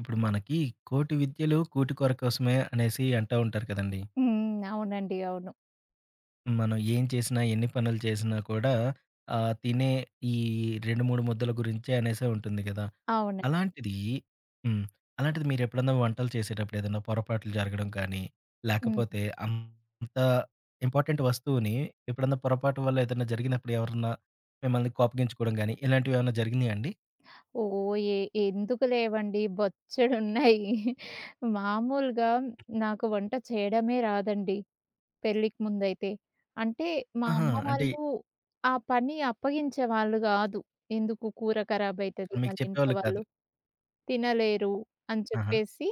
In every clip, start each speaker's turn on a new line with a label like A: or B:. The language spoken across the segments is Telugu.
A: ఇప్పుడు మనకి కోటి విద్యలు కూటి కొర కోసమే అనేసి అంటూ ఉంటారు కదండీ.
B: హ్మ్. అవునండి. అవును.
A: మనం ఏం చేసినా, ఎన్ని పనులు చేసినా కూడా తినే ఈ 2, 3 ముద్దల గురించే అనేసే ఉంటుంది గదా!
B: అవును.
A: అలాంటిది హ్మ్. అలాంటిది మీరెప్పుడన్నా వంటలు చేసేటప్పుడు ఏదన్నా పొరపాట్లు జరగడం కానీ,
B: హ్మ్.
A: లేకపోతే అంత ఇంపార్టెంట్ వస్తువుని ఎప్పుడన్నా పొరపాటు వల్ల ఏదన్నా జరిగినప్పుడు ఎవరన్నా మిమ్మల్ని కోపగించుకోవడం గానీ, ఇలాంటివేమన్నా జరిగినాయా అండి?
B: ఓహ్! ఎందుకు లేవండి, బొచ్చెడున్నాయి. మామూలుగా నాకు వంట చేయడమే రాదండి పెళ్ళికి ముందైతే. అంటే మా
A: ఆహా!
B: అమ్మ
A: అంటే
B: వాళ్ళు ఆ పని అప్పగించేవాళ్ళు గాదు. ఎందుకు కూర ఖరాబయితది,
A: మీకు
B: మళ్ళీ ఇంట్లో
A: చెప్పేవాళ్ళు కాదు.
B: వాళ్ళు తినలేరు అని
A: ఆహా!
B: చెప్పేసి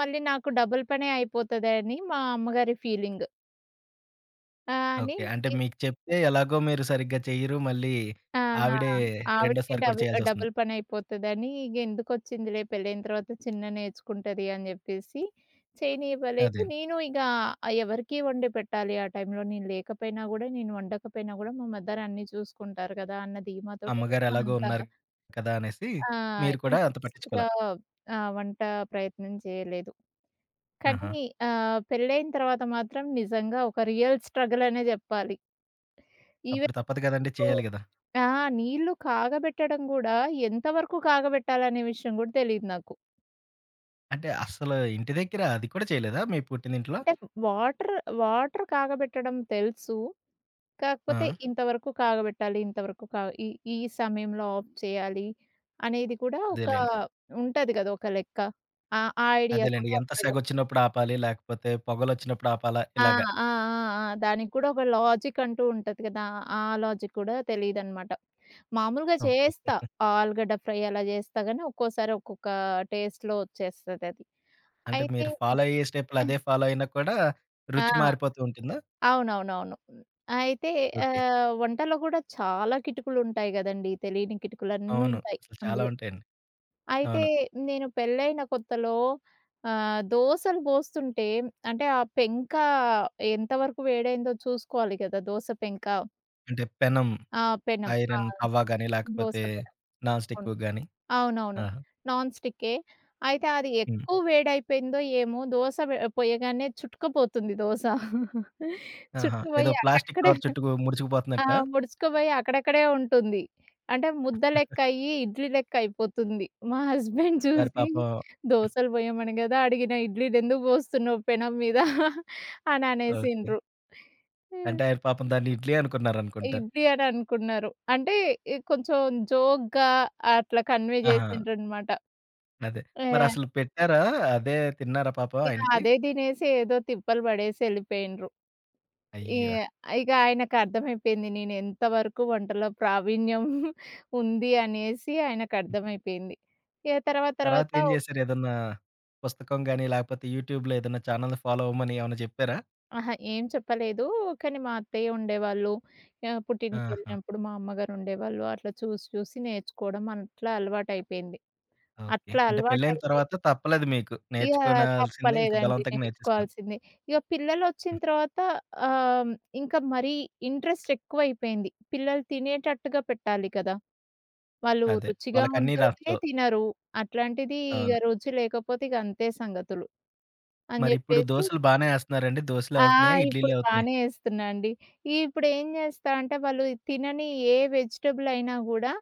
B: మళ్ళీ నాకు డబుల్ పనే అయిపోతదని మా అమ్మగారి ఫీలింగ్. ఆహ్, అని
A: ఓకే. అంటే మీకు చెప్తే ఎలాగో మీరు సరిగ్గా చెయ్యరు. మళ్ళీ
B: ఆ!
A: ఆవిడే
B: ఆవిడకి
A: రెండోసారి కూడా
B: డబుల్
A: చేయాల్సొస్తుంది.
B: డబుల్ పనయిపోతదని, ఇగ ఎందుకొచ్చిందిలే, పెళ్ళైన తర్వాత చిన్న నేర్చుకుంటది అని జెప్పేసి చేయనివ్వలేదు.
A: అదే.
B: నేను ఇగ ఎవరికీ వండి పెట్టాలి, ఆ టైంలో నేను లేకపోయినా గూడా, నేను వండకపోయినా గూడా మా మదర్ అన్నీ చూసుకుంటారు గదా అన్న ధీమాతోటి
A: అమ్మగారు
B: నేను
A: ఎలాగో
B: అంత
A: ఉన్నారు కదా! అనేసి మీరు కూడా అంత
B: ఇంట్రెస్ట్‌గా
A: పట్టించుకోలా.
B: వంట ప్రయత్నం చేయలేదు.
A: ఆహా!
B: కానీ పెళ్ళైన తర్వాత మాత్రం నిజంగా ఒక రియల్ స్ట్రగల్ అనే జెప్పాలి.
A: అప్పుడు
B: ఈవెన్
A: తప్పదు కదండీ!
B: మీకు
A: చేయాలి గదా!
B: ఆ! నీళ్ళు కాగబెట్టడం గూడా ఎంత వరకు కాగబెట్టాలనే విషయం గూడా తెలీదు నాకు.
A: అంటే అసలు ఇంటి దగ్గర అది కూడా చేయలేదా మీ పుట్టినింట్లో?
B: అంటే వాటర్ వాటర్ కాగబెట్టడం తెలుసు.
A: ఆ!
B: కాకపోతే ఇంతవరకు కాగబెట్టాలి, ఇంతవరకు ఈ ఈ సమయంలో ఆఫ్ చేయాలి అనేది కూడా ఒక,
A: అదేలెండి.
B: ఉంటది గదా ఒక లెక్క. ఆ ఆ ఐడియా
A: అదేలెండి.
B: కూడా
A: ఎంత
B: అంతగా
A: సెగొచ్చినప్పుడు ఆపాలి, లేకపోతే పొగలొచ్చినప్పుడు ఆపాలా
B: ఆ!
A: ఇలాగా.
B: ఆ! ఆ! ఆ! దానికి కూడా ఒక లాజిక్ అంటూ ఉంటది కదా! ఆ లాజిక్ కూడా తెలీదనమాట. మామూలుగా
A: ఓకే.
B: చేస్తా. ఆలుగడ్డ ఫ్రై అలా చేస్తా గానీ, ఒక్కోసారి ఒక్కొక్క టేస్ట్‌లో వచ్చేస్తదది.
A: అంటే
B: అయితే
A: మీరు ఫాలో అయ్యే స్టెప్పులు అదే ఫాలో అయినా కూడా
B: ఆ!
A: రుచి మారిపోతూ ఉంటుందా?
B: అవునవునవును. అయితే
A: ఓకే.
B: వంటలో కూడా చాలా కిటుకులుంటాయి గదండీ! తెలియని
A: అవును.
B: కిటుకులన్నుంటాయి
A: అసలు చాలా
B: అందులో.
A: ఉంటాయండి.
B: అయితే
A: అవును.
B: నేను పెళ్ళైన కొత్తలో దోసలు పోస్తుంటే, అంటే ఆ ఎంతవరకు వేడైందో చూసుకోవాలి గదా దోస పెంక.
A: అంటే పెనం.
B: ఆ! పెనం. ఆ!
A: ఐరన్ తవ్వ గాని,
B: దోస
A: లేకపోతే
B: పెనం.
A: నాన్ స్టిక్
B: అవును.
A: గాని.
B: అవునవును.
A: ఆహా!
B: నాన్ స్టిక్కే. అయితే అది
A: హ్మ్.
B: ఎక్కువ వేడైపోయిందో ఏమో, దోస పోయగానే చుట్టుకుపోతుంది దోస.
A: ఆహా! ఏదో
B: చుట్టుకుపోయి
A: ప్లాస్టిక్
B: అక్కడక్కడే,
A: కవర్ చుట్టూ
B: ఆ!
A: ముడుచుకుపోతున్నట్టా?
B: ముడుచుకుపోయి అక్కడక్కడే ఉంటుంది. అంటే ముద్ద లెక్క అయ్యి, ఇడ్లీ లెక్క అయిపోతుంది. మా హస్బెండ్
A: మరి
B: చూసి,
A: పాపం
B: "దోసలు పోయమని గదా అడిగిన, ఇడ్లీలెందుకు పోస్తున్నావు పెనం మీద" అని
A: ఓకే.
B: అనేసిండ్రు. హ్మ్.
A: అంటే ఆయన పాపం దాన్ని ఇడ్లీ అనుకున్నారనుకుంటా.
B: ఇడ్లీ అని అనుకున్నారు. అంటే కొంచెం జోక్‌గా అట్లా కన్వే
A: ఆహా!
B: చేసిండ్రనమాట.
A: అదే.
B: ఏ
A: మరసలు పెట్టారా? అదే తిన్నారా పాపం
B: ఇక
A: ఆయనకి?
B: అదే తినేసి ఏదో తిప్పలు పడేసి ఎళ్ళిపోయిండ్రు. ఇ
A: అయ్యో!
B: ఇక ఆయనకర్థమైపోయింది నేనెంత వరకు వంటలో ప్రావీణ్యం ఉంది అనేసి, ఆయనకర్థమైపోయింది. ఇక తర్వాత
A: తర్వాత
B: తర్వాత
A: ఏం చేశారు? ఏదన్నా పుస్తకం గాని, లేకపోతే యూట్యూబ్‌లో ఏదన్నా ఛానెల్ ఫాలో అవ్వమని ఏమన్నా చెప్పారా?
B: అహా! ఏం చెప్పలేదు. కానీ మా అత్తయ్య ఉండేవాళ్ళు.
A: ఆహా!
B: పుట్టింటికెళ్ళినప్పుడు మా అమ్మగారు ఉండేవాళ్ళు. అట్లా చూసి చూసి నేర్చుకోవడం అట్లా అలవాటయిపోయింది.
A: ఓకే.
B: అట్లా
A: అంటే పెళ్లయిన
B: అలవాటయిపోయి
A: తర్వాత తప్పలేదు మీకు.
B: ఇగ
A: నేర్చుకోనాల్సిందే. ఇంక
B: తప్పలేదండి,
A: బలవంతంగా నేర్చేసుకున్నారు.
B: నేర్చుకోవాల్సిందే. ఇగ పిల్లలొచ్చిన
A: హ్మ్.
B: తర్వాత ఆహ్, ఇంకా మరీ ఇంట్రెస్ట్ ఎక్కువైపోయింది. పిల్లలు తినేటట్టుగా పెట్టాలి కదా! వాళ్ళు
A: అదే.
B: రుచిగా
A: వాళ్ళకన్నీ
B: ఉంటేనే
A: రాదు.
B: తినరు. అట్లాంటిది ఇగ
A: అవును.
B: రుచి లేకపోతే ఇగ అంతే సంగతులు అని
A: మరిప్పుడు
B: జెప్పేసి.
A: దోసలు బానే ఏస్తన్నారండి? దోసలే
B: ఆ!
A: అవుతున్నాయా?
B: ఇప్పుడు
A: ఇడ్లీలే అవుతున్నాయా?
B: బానే ఏస్తున్నా అండి. ఇప్పుడేం జేస్తా అంటే, వాళ్ళు తినని ఏ వెజిటబుల్ అయినా గూడా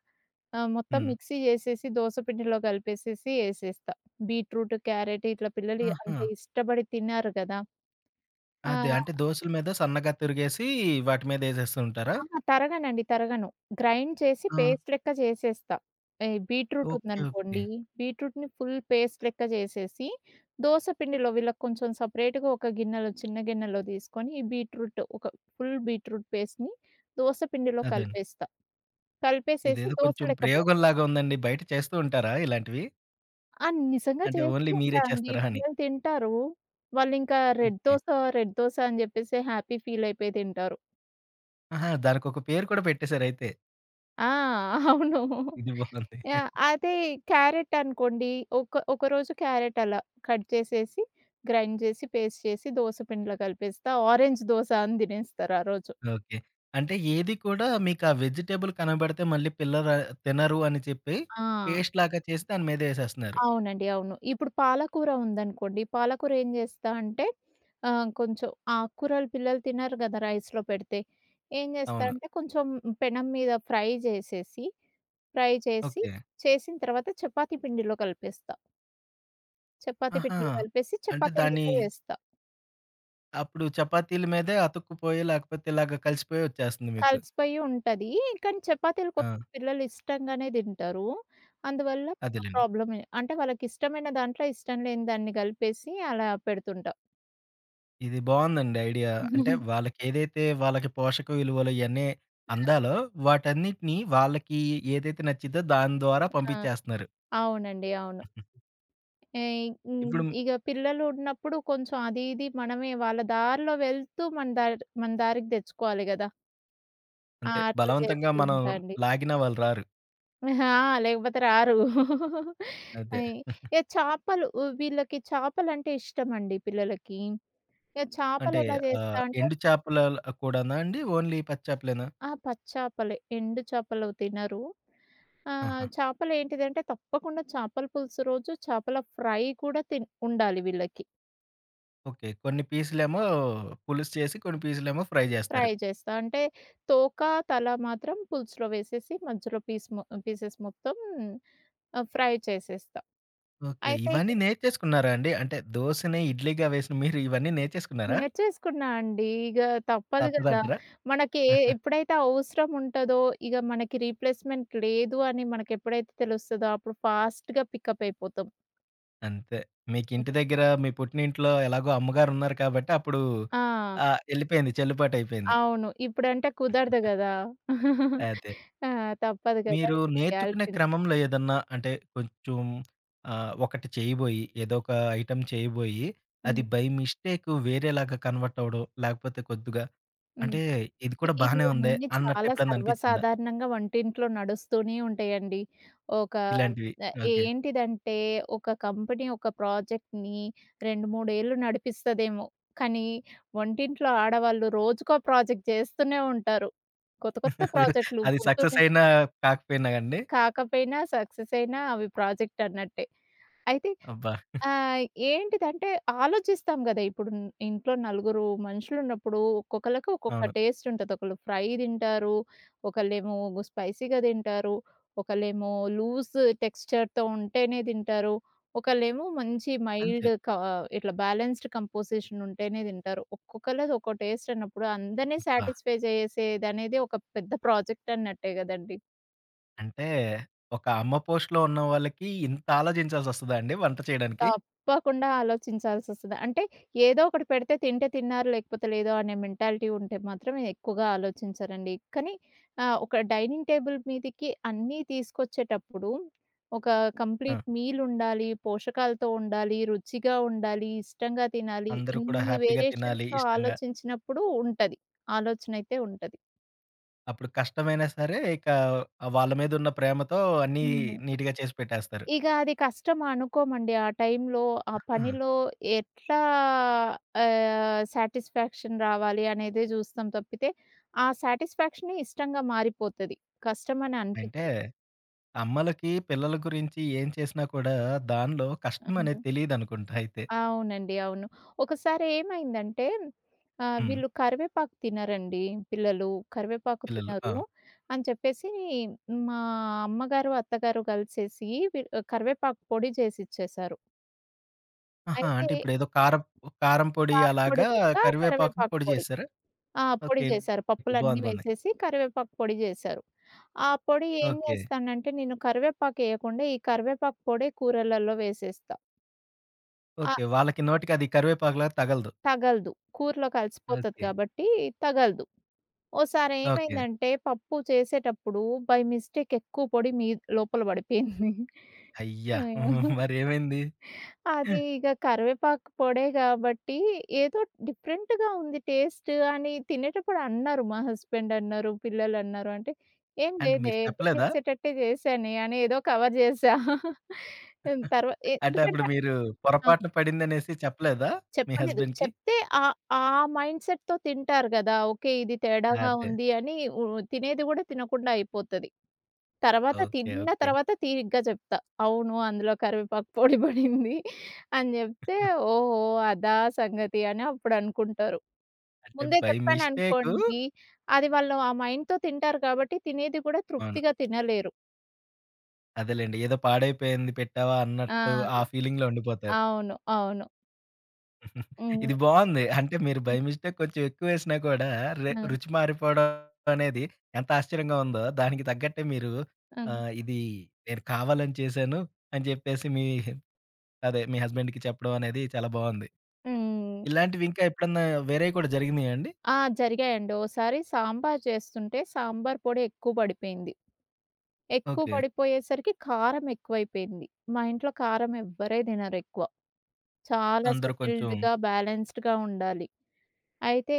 B: మొత్తం
A: హ్మ్.
B: మిక్సీ జేసేసి దోస పిండిలో కలిపేసేసి ఏసేస్తా. బీట్రూట్, క్యారెట్ ఇట్లా పిల్లలు
A: ఆహా!
B: అంత ఇష్టపడి తిన్నారు గదా! ఆ!
A: అదే. అంటే దోసల మీద సన్నగా తురిగేసి వాటి మీద ఏసేస్తూ ఉంటారా?
B: అహా! తరగనండి. తరగను. గ్రైండ్ చేసి
A: ఆ!
B: పేస్ట్ లెక్క చేసేస్తా. ఈ బీట్రూట్
A: ఓకే. ఓకే.
B: ఉందనుకోండి, బీట్రూట్‌ని ఫుల్ పేస్ట్ లెక్క చేసేసి, దోస పిండిలో వీళ్ళకి కొంచెం సెపరేట్‌గా ఒక గిన్నెలో, చిన్న గిన్నెలో తీసుకొని, ఈ బీట్రూట్ ఒక ఫుల్ బీట్రూట్ పేస్ట్‌ని దోస పిండిలో
A: అదేండి.
B: కలిపేస్తా. కలిపేసేసి
A: ఇదేదో
B: దోస
A: కొంచెం
B: లెక్క పోస్తా.
A: ప్రయోగంలాగా ఉందండి. బయట చేస్తూ ఉంటారా ఇలాంటివి?
B: ఆ! నిజంగా
A: అంటే
B: చేస్తూ
A: ఓన్లీ మీరే
B: ఉంటా అండి.
A: చేస్తారా అని?
B: పిల్లలు తింటారు. వాళ్ళింకా red
A: okay.
B: Dosa, red dosa అని చెప్పేసి హ్యాపీ ఫీల్ అయిపోయి తింటారు.
A: ఆహా! దానికొక పేరు కూడా పెట్టేసారయితే.
B: ఆ! అవును.
A: ఇది బావుంది.
B: యాహ్! అదే క్యారెట్ అనుకోండి. ఒక క్యారెట్ అలా కట్ చేసేసి, గ్రైండ్ చేసి, పేస్ట్ చేసి, దోస పిండిలో కలిపేస్తా. ఆరెంజ్ దోస అని తినేస్తారు ఆ రోజు.
A: ఓకే. అంటే ఏది కూడా మీకు ఆ వెజిటబుల్ కనబడితే మళ్ళీ పిల్లల తినరు అని చెప్పి
B: ఆ!
A: పేస్ట్‌లాగా చేసి దాని మీద ఏసేస్తున్నారు.
B: అవునండి. అవును. ఇప్పుడు పాలకూర ఉందనుకోండి. పాలకూర ఏం చేస్తా అంటే కొంచెం ఆకుకూరలు పిల్లలు తినరు కదా రైస్‌లో పెడితే. ఏం చేస్తా
A: అవును.
B: అంటే కొంచెం పెనం మీద ఫ్రై చేసేసి, ఫ్రై చేసి,
A: ఓకే.
B: చేసిన తర్వాత చపాతీ పిండిలో కలిపేస్తా. చపాతీ
A: ఆహా!
B: పిండిలో కలిపేసి
A: అంటే
B: చపాతీలు లెక్క
A: దాని
B: వేస్తా.
A: అప్పుడు చపాతీల మీదే అతుక్కుపోయి లేకపోతే ఇలాగ కలిసిపోయి వచ్చేస్తుంది మీకు.
B: కలిసిపోయి ఉంటది. కానీ చపాతీలు
A: ఆ!
B: కొంచెం పిల్లలు ఇష్టంగానే తింటారు. అందువల్ల
A: అదేలెండి.
B: ప్రాబ్లమే. అంటే వాళ్ళకిష్టమైన దాంట్లో ఇష్టం లేని దాన్ని కలిపేసి అలా పెడుతుంటా.
A: ఇది బావుందండి ఐడియా. అంటే వాళ్ళకేదైతే వాళ్ళకి పోషక విలువలు ఇయన్నీ అందాలో వాటన్నిటిని వాళ్ళకి ఏదైతే నచ్చిద్దో దాని ద్వారా
B: ఆ!
A: పంపించేస్తున్నారు.
B: అవునండి. అవును. ఏయ్ హ్మ్.
A: ఇప్పుడు
B: ఇగ పిల్లలు ఉన్నప్పుడు కొంచెం అది ఇది మనమే వాళ్ళ దారిలో వెళ్తూ మన దారికి తెచ్చుకోవాలి గదా! ఆ!
A: అంతే
B: అట్లా
A: బలవంతంగా
B: చేస్తూ
A: మనం
B: ఉంటా అండి.
A: లాగినా వాళ్ళు రారు.
B: ఆ! లేకపోతే రారు.
A: అదే.
B: అయి ఇక చేపలు, వీళ్ళకి చేపలంటే ఇష్టమండి పిల్లలకి. ఇక చేపలు
A: అంటే
B: ఎలా చేస్తా అంటే
A: ఎండు చేపల కూడానా అండి? ఓన్లీ పచ్చి చేపలేనా?
B: ఆ! పచ్చేపలే. ఎండు చేపలు తినరు.
A: ఆహా!
B: చేపలేంటిదంటే తప్పకుండా చేపల పులుసు రోజు, చేపల ఫ్రై కూడా ఉండాలి వీళ్ళకి.
A: ఓకే. కొన్ని పీసులేమో పులుసు చేసి కొన్ని పీసులేమో ఫ్రై
B: ఫ్రై
A: చేస్తారు.
B: చేస్తా. అంటే తోక, తల మాత్రం పులుసులో వేసేసి, మధ్యలో పీస్ మొ పీసెస్ మొత్తం ఫ్రై చేసేస్తా.
A: ఓకే.
B: అయితే
A: ఇవన్నీ నేర్చేసుకున్నారా అండి? అంటే దోసని, ఇడ్లీగా వేసిన మీరు ఇవన్నీ నేర్చేసుకున్నారా?
B: షేర్ చేసుకున్నా అండి. ఇగ తప్పదు గదా!
A: తప్పదంటారా?
B: మనకి ఎప్పుడైతే అవసరం ఉంటదో, ఇగ మనకి రీప్లేస్‌మెంట్ లేదు అని మనకెప్పుడైతే తెలుస్తదో, అప్పుడు ఫాస్ట్‌గా పికప్ అయిపోతాం.
A: అంతే. మీకింటి
B: హ్మ్.
A: దగ్గర మీ పుట్టినింట్లో ఎలాగో అమ్మగారున్నారు కాబట్టి అప్పుడు
B: ఆ!
A: ఎళ్ళిపోయింది. చెల్లుబాటయిపోయింది.
B: అవును. ఇప్పుడంటే కుదరదు గదా!
A: అదే.
B: ఆ! తప్పదు గదా
A: మీరు
B: ఇక
A: నేర్చుకునే
B: చేయాల్సింది.
A: క్రమంలో ఏదన్నా అంటే కొంచెం ఒకటి చేయబోయి ఏదో ఒక ఐటెమ్ చేయబోయి అది
B: హ్మ్.
A: బై మిస్టేక్ వేరేలాగా కన్వర్ట్ అవ్వడం, లేకపోతే కొద్దిగా
B: హ్మ్.
A: అంటే ఇది కూడా బానే ఉందే
B: ఇవన్నీ
A: అన్నట్టు
B: చాలా
A: ఎప్పుడన్నా అనిపిచ్చిందా?
B: సర్వసాధారణంగా వంటింట్లో నడుస్తూనే ఉంటాయండి. ఒక
A: ఇలాంటివి. ఓకే.
B: ఏంటిదంటే, ఒక కంపెనీ ఒక ప్రాజెక్ట్‌ని 2, 3 ఏళ్ళు నడిపిస్తదేమో. కానీ వంటింట్లో ఆడవాళ్ళు రోజుకో ప్రాజెక్ట్ చేస్తూనే ఉంటారు. కొత్త కొత్త
A: అది,
B: ప్రాజెక్ట్‌లు
A: అది సక్సెస్
B: పుడుతూనే
A: అయినా
B: ఉంటాయి.
A: కాకపోయినా అండి.
B: కాకపోయినా సక్సెస్ అయినా అవి ప్రాజెక్ట్ అన్నట్టే. అయితే
A: అబ్బా!
B: ఆ! ఏంటిదంటే ఆలోచిస్తాం గదా! ఇప్పుడు ఇంట్లో నలుగురు మనుషులున్నప్పుడు ఒక్కొక్కళ్ళకి ఒక్కొక్క
A: అవును.
B: టేస్ట్ ఉంటది. ఒకళ్ళు ఫ్రై తింటారు. ఒకళ్ళేమో స్పైసీగా తింటారు. ఒకళ్ళేమో లూజ్ టెక్స్చర్‌తో ఉంటేనే తింటారు. ఒకళ్ళేమో మంచి మైల్డ్
A: అంతే.
B: ఇట్లా బ్యాలెన్స్డ్ కంపోజిషన్ ఉంటేనే తింటారు. ఒక్కొక్కళ్ళది ఒక్కో టేస్ట్ అన్నప్పుడు అందరిని
A: అబ్బా!
B: సాటిస్ఫై చేసేదనేది ఒక పెద్ద ప్రాజెక్ట్ అన్నట్టే గదండీ!
A: అంటే ఒక అమ్మ పోస్ట్‌లో ఉన్న వాళ్ళకి ఇంత ఆలోచించాల్సొస్తదా అండి వంట చేయడానికి?
B: తప్పకుండా ఆలోచించాల్సొస్తది. అంటే ఏదో ఒకటి పెడితే తింటే తిన్నారు, లేకపోతే లేదు అనే మెంటాలిటీ ఉంటే మాత్రం ఎక్కువగా ఆలోచించరండి. కానీ ఒక డైనింగ్ టేబుల్ మీదకి అన్నీ తీసుకొచ్చేటప్పుడు ఒక
A: ఆ!
B: కంప్లీట్ మీల్ ఉండాలి, పోషకాలతో ఉండాలి, రుచిగా ఉండాలి, ఇష్టంగా తినాలి.
A: అందరూ కూడా
B: ఇన్ని
A: హ్యాపీగా తినాలి
B: వేరియేషన్స్‌తో
A: ఇష్టంగా.
B: ఆలోచించినప్పుడు ఉంటది. ఆలోచనైతే ఉంటది.
A: అప్పుడు కష్టమైనా సరే ఇక వాళ్ళ మీదున్న ప్రేమతో అన్నీ
B: హ్మ్.
A: నీట్‌గా చేసి పెట్టేస్తారు.
B: ఇక అది కష్టం అనుకోమండి. ఆ టైంలో, ఆ
A: ఆహా!
B: పనిలో ఎట్లా సాటిస్ఫాక్షన్ రావాలి అనేదే చూస్తాం తప్పితే, ఆ సాటిస్ఫాక్షనే ఇష్టంగా మారిపోతది. కష్టమని
A: అంటే
B: అనిపించదు.
A: అమ్మలకి పిల్లల గురించి ఏం చేసినా కూడా దానిలో కష్టం
B: హ్మ్.
A: అనేది తెలీదనుకుంటా అయితే.
B: అవునండి. అవును. ఒకసారి ఏమైందంటే
A: హ్మ్.
B: వీళ్ళు కరివేపాకు తినరండి పిల్లలు. కరివేపాకు
A: పిల్లలు. ఆ!
B: తినరు అని చెప్పేసి మా అమ్మగారు, అత్తగారు కలిసేసి వి కరివేపాకు పొడి చేసిచ్చేశారు.
A: ఆహా!
B: అయితే
A: అంటే ఇప్పుడేదో కారం కారం పొడి
B: కారపొడి
A: అలాగా
B: లెక్క,
A: కరివేపాకుని
B: కరివేపాకు
A: పొడి
B: పొడి.
A: చేసారా?
B: ఆ! పొడి
A: ఓకే.
B: చేశారు. పప్పులన్నీ
A: బావుంది. బావుంది.
B: వేసేసి కరివేపాకు పొడి చేశారు. ఆ పొడి ఏం
A: ఓకే.
B: చేస్తానంటే, నేను కరివేపాకేయకుండా ఈ కరివేపాకు పొడే కూరలలో వేసేస్తా. ఆ!
A: ఓకే. వాళ్ళకి నోటికి అది కరివేపాకులాగా తగలదు.
B: తగలదు. కూరలో కలిసిపోతది
A: ఓకే.
B: కాబట్టి తగలదు. ఓసారి
A: ఓకే.
B: ఏమైందంటే పప్పు చేసేటప్పుడు బై మిస్టేక్ ఎక్కువ పొడి లోపల పడిపోయింది.
A: అయ్యా!
B: అయ్యో!
A: మరేమైంది?
B: అది ఇగ కరివేపాకు పొడే గాబట్టి, ఏదో డిఫరెంట్‌గా ఉంది టేస్ట్ అని తినేటప్పుడు అన్నారు. మా హస్బెండ్ అన్నారు, పిల్లలన్నారు. అంటే, "ఏం
A: అంటే
B: లేదే,
A: మీరు
B: ఎప్పుడు
A: చెప్పలేదా?
B: చేసేటట్టే చేశానే" అని ఏదో కవర్ చేశా.
A: అంటే అప్పుడు
B: ఎందుకంటే
A: మీరు
B: ఆ!
A: పొరపాటున పడిందనేసి చెప్పలేదా మీ
B: చెప్పలేదు.
A: హస్బెండ్‌కి?
B: చెప్తే ఆ మైండ్‌సెట్‌తో తింటారు గదా! ఓకే. ఇది తేడాగా
A: అదే.
B: ఉంది అని ఉ తినేది గూడా తినకుండా అయిపోతది. తర్వాత
A: ఓకే.
B: తిన్న
A: ఓకే.
B: తర్వాత తీరిగ్గా చెప్తా. అవును. అందులో కరివేపాకు పొడి పడింది అని జెప్తే, ఓహో! అదా సంగతి అని అప్పుడనుకుంటారు.
A: అంటే
B: ముందే
A: బై మిస్టేకు
B: చెప్పాననుకోండి, అది వాళ్ళు ఆ మైండ్‌తో తింటారు కాబట్టి, తినేది కూడా
A: అవును.
B: తృప్తిగా తినలేరు.
A: అదేలెండి. ఏదో పాడైపోయింది పెట్టావా
B: ఆ!
A: అన్నట్టు ఆ ఫీలింగ్‌లో ఉండిపోతారు.
B: అవును. అవును. హ్మ్.
A: ఇది బావుంది. అంటే మీరు బై మిస్టేక్ కొంచెం ఎక్కువేసినా కూడా
B: హ్మ్.
A: రుచి మారిపోవడం అనేది ఎంత ఆశ్చర్యంగా ఉందో దానికి తగ్గట్టే మీరు
B: హ్మ్.
A: ఇది నేను కావాలని చేశాను అని చెప్పేసి మీ అదే మీ హస్బెండ్‌కి చెప్పడం అనేది చాలా బావుంది.
B: హ్మ్.
A: ఇలాంటివి ఇంకా ఎప్పుడన్నా వేరేవి కూడా జరిగినాయా అండి?
B: ఆ! జరిగాయండి. ఓసారి సాంబార్ చేస్తుంటే, సాంబార్ పొడి ఎక్కువ పడిపోయింది. ఎక్కువ
A: ఓకే.
B: పడిపోయేసరికి కారం ఎక్కువైపోయింది. మా ఇంట్లో కారం ఎవ్వరే తినరెక్కువ. చాలా
A: అందరూ కొంచెం
B: సెటిల్డ్‌గా, బ్యాలెన్స్‌డ్‌గా ఉండాలి. అయితే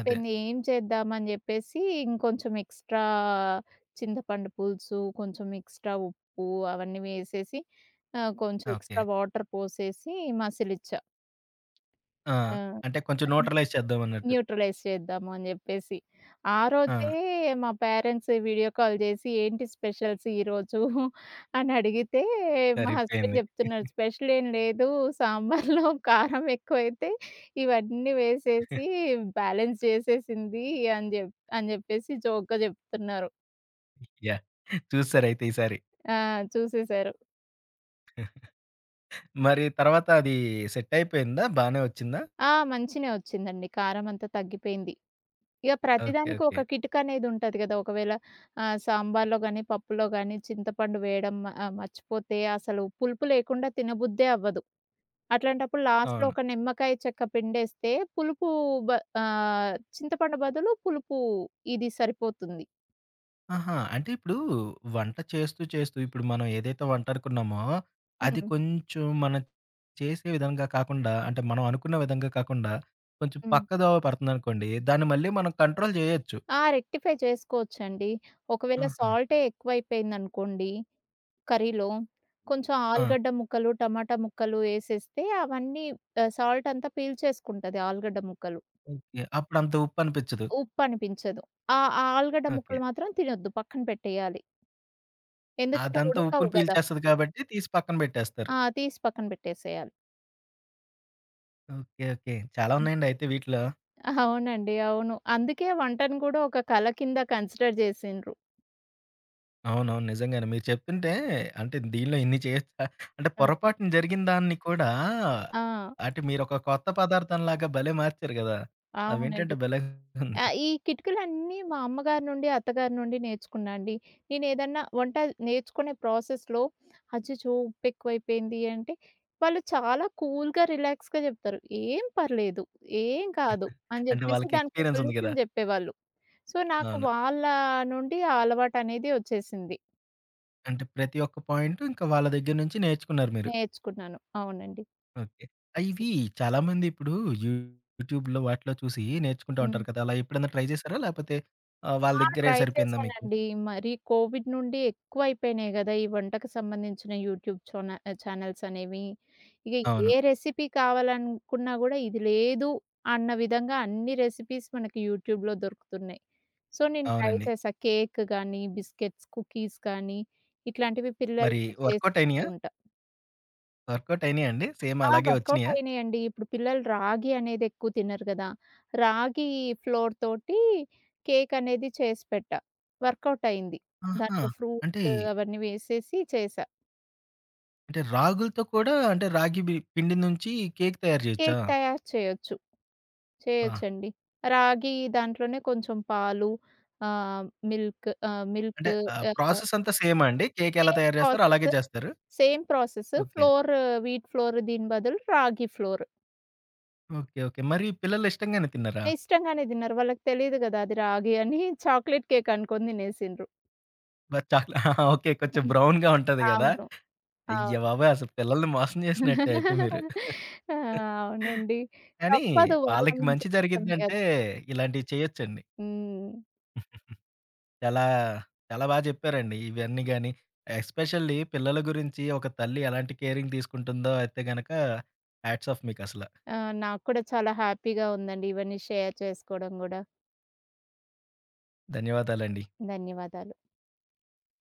A: అదే.
B: ఏం చేద్దామని జెప్పేసి ఇంకొంచెం ఎక్స్‌ట్రా చింతపండు పులుసు, కొంచెం ఎక్స్‌ట్రా ఉప్పు అవన్నీ వేసేసి కొంచెం
A: ఓకే.
B: ఎక్స్‌ట్రా వాటర్ పోసేసి మసిలిచ్చా.
A: ఆ!
B: ఆ!
A: అంటే కొంచెం న్యూట్రలైజ్ చేద్దాం అన్నట్టు.
B: న్యూట్రలైజ్ చేద్దాము అని జెప్పేసి. ఆ రోజే
A: ఆ!
B: మా పేరెంట్స్ వీడియో కాల్ జేసి, "ఏంటి స్పెషల్స్ ఈరోజు?" అని అడిగితే, మా హస్బెండ్
A: సరిపోయింది.
B: జెప్తున్నారు, "స్పెషల్ ఏం లేదు. సాంబార్లో కారం ఎక్కువైతే ఇవన్నీ వేసేసి బ్యాలెన్స్ జేసేసింది" అని జెప్ అని జెప్పేసి జోక్‌గా జెప్తున్నారు.
A: యాహ్! చూసారయితే ఈసారి.
B: ఆ! చూసేసారు.
A: మరి తర్వాత అది సెట్ అయిపోయిందా? బానే వచ్చిందా?
B: ఆ! మంచినే వచ్చిందండి. కారం అంతా తగ్గిపోయింది. ఇక
A: ఓకే.
B: ప్రతిదానికి
A: ఓకే.
B: ఒక కిటుక్ అనేది ఉంటది గదా! ఒకవేళ సాంబార్‌లో గానీ, పప్పులో గానీ చింతపండు వేయడం మర్చిపోతే అసలు పులుపు లేకుండా తినబుద్దే అవ్వదు. అట్లాంటప్పుడు లాస్ట్‌లో
A: అవును.
B: ఒక నిమ్మకాయ చెక్క పిండేస్తే పులుపు బ చింతపండు బదులు పులుపు ఇది సరిపోతుంది.
A: ఆహా! అంటే ఇప్పుడు వంట చేస్తూ, చేస్తూ ఇప్పుడు మనం ఏదైతే వంట అనుకున్నామో, అది
B: హ్మ్.
A: కొంచెం మనం చేసే విధంగా కాకుండా, అంటే మనం అనుకున్న విధంగా కాకుండా, కొంచెం
B: హ్మ్.
A: పక్కదోవ పడుతుందనుకోండి, దాన్ని మళ్ళీ మనం కంట్రోల్ జేయొచ్చు.
B: ఆ! రెక్టిఫై చేసుకోవచ్చండి. ఒకవేళ
A: ఆహా!
B: సాల్టే ఎక్కువైపోయిందనుకోండి కర్రీలో, కొంచెం
A: ఆ!
B: ఆలుగడ్డ ముక్కలు, టమాటా ముక్కలు యేసేస్తే అవన్నీ సాల్ట్ అంతా పీల్చేసుకుంటది ఆలుగడ్డ ముక్కలు.
A: ఓకే. అప్పుడంత ఉప్పు అనిపిచ్చదు.
B: ఉప్పనిపించదు. ఆ ఆ ఆలుగడ్డ
A: ఓకే.
B: ముక్కలు మాత్రం తినొద్దు. పక్కన పెట్టేయాలి. ఎందుకంటే
A: అదంతా
B: ఉడకవు
A: ఉప్పుని
B: గదా!
A: పీల్చేస్తది కాబట్టి తీసి పక్కన బెట్టేస్తారు.
B: ఆ! తీసి పక్కన పెట్టేసేయాలి.
A: ఓకే. ఓకే. చాలా
B: హ్మ్.
A: ఉన్నాయండి అయితే వీటిలో.
B: అవునండి. అవును. అందుకే వంటను కూడా ఒక కళ కింద కన్సిడర్ జేసిండ్రు.
A: అవునవును. నిజంగానే. మీరు చెప్తుంటే అంటే దీనిలో ఇన్ని చేయొచ్చా? అంటే
B: ఆ!
A: పొరపాటున జరిగిన దాన్ని కూడా
B: ఆ!
A: అంటే మీరొక కొత్త పదార్థంలాగా భలే మార్చారు గదా!
B: అవునండి.
A: అవేంటంటే భలే ఉంది.
B: ఆ! ఈ కిటికీలన్నీ మా అమ్మగారి నుండి, అత్తగారి నుండి నేర్చుకున్నా అండి. నేనేదన్నా వంట నేర్చుకునే ప్రాసెస్‌లో అచ్చచ్చో ఉప్పెక్కువైపోయింది అంటే, వాళ్ళు చాలా కూల్‌గా, రిలాక్స్‌గా జెప్తారు. "ఏం పర్లేదు, ఏం కాదు" అని
A: అంటే
B: జెప్పేసి
A: వాళ్ళకి
B: దానికో
A: ఎక్స్‌పీరియన్స్ ఉంది గదా!
B: సొల్యూషన్ జెప్పేవాళ్ళు. సో, నాకు
A: అవును.
B: వాళ్ళ నుండి ఆ అలవాటనేది ఒచ్చేసింది.
A: అంటే ప్రతి ఒక్క పాయింటు ఇంకా వాళ్ళ దగ్గర నుంచి నేర్చుకున్నారు మీరు.
B: నేర్చుకున్నాను. అవునండి.
A: ఓకే. ఇవి చాలామంది ఇప్పుడు యూట్యూబ్‌లో వాటిలో చూసి నేర్చుకుంటా
B: హ్మ్.
A: ఉంటారు కదా! అలా ఎప్పుడైనా ట్రై చేశారా? లేకపోతే వాళ్ళ
B: ఆ!
A: దగ్గరే
B: ట్రై
A: సరిపోయిందా మీకు?
B: చేశానండి. మరి కోవిడ్ నుండి ఎక్కువైపోయినాయి గదా! ఈ వంటకు సంబంధించిన యూట్యూబ్ ఛానెల్స్ అనేవి. ఇక
A: అవును.
B: ఏ రెసిపీ కావాలనుకున్నా గూడా, ఇది లేదు అన్న విధంగా అన్ని రెసిపీస్ మనకి యూట్యూబ్‌లో దొరుకుతున్నాయి. సో, నేను ట్రై
A: అవునండి.
B: చేశా. కేక్ గానీ, బిస్కెట్స్, కుకీస్ కానీ ఇట్లాంటివి
A: మరి
B: పిల్లలకి
A: వర్కౌట్
B: చేస్తూ
A: అయినాయా?
B: ఉంటా.
A: వర్కౌట్ అయినాయా అండి? సేమ్
B: ఆ!
A: అలాగే
B: వర్కౌట్
A: వచ్చినాయా?
B: అయినాయండి. ఇప్పుడు పిల్లలు రాగి అనేది ఎక్కువ తినరు గదా! రాగి ఫ్లోర్ తోటి కేక్ అనేది చేసి పెట్టా. వర్కౌట్ అయింది.
A: ఆహా!
B: దాంట్లో
A: అంటే,
B: ఫ్రూట్స్ అవన్నీ వేసేసి చేశా.
A: అంటే రాగులతో కూడా అంటే రాగి బి పిండి నుంచి కేక్ తయారు చేయొచ్చా?
B: కేక్ తయారు చేయొచ్చు.
A: ఆ!
B: చేయొచ్చండి. రాగి దాంట్లోనే కొంచెం పాలు ఆహ్, మిల్క్
A: అంటే
B: ఆహ్,
A: ప్రాసెస్ అంతా సేమా అండి? కేక్ ఎలా
B: సేమ్
A: తయారు చేస్తారో అలాగే
B: ప్రాసెస్,
A: చేస్తారు?
B: Same process
A: okay.
B: Flour wheat flour దీని బదులు రాగి ఫ్లోర్.
A: ఓకే. ఓకే. మరి పిల్లలు ఇష్టంగానే తిన్నారా?
B: ఇష్టంగానే తిన్నారు. వాళ్ళకి తెలీదు గదా అది రాగి అని చాక్లేట్ కేక్ అనుకొని తినేసిండ్రు.
A: మరి చాలా ఓకే. కొంచెం బ్రౌన్‌గా ఉంటది గదా!
B: అవును. అవును.
A: అయ్య బాబోయ్! అసలు పిల్లల్ని మోసం చేసినట్టే అయితే మీరు.
B: ఆ! అవునండి.
A: కానీ
B: తప్పదు వాళ్ళ
A: వాళ్ళకి
B: మంచి
A: మంచి
B: కోసమే
A: జరిగిద్దంటే
B: గదా!
A: ఇలాంటివి చేయొచ్చండి.
B: హ్మ్.
A: చాలా, చాలా బా జెప్పారండి. ఇవన్నీ గాని, ఎస్పెషల్లీ పిల్లల గురించి ఒక తల్లి ఎలాంటి కేరింగ్ తీసుకుంటుందో అయితే గనక హ్యాట్స్ ఆఫ్ మీకసల.
B: ఆ! నాకు కూడా చాలా హ్యాపీగా ఉందండి ఇవన్నీ షేర్ చేసుకోవడం గూడా.
A: ధన్యవాదాలండి.
B: ధన్యవాదాలు.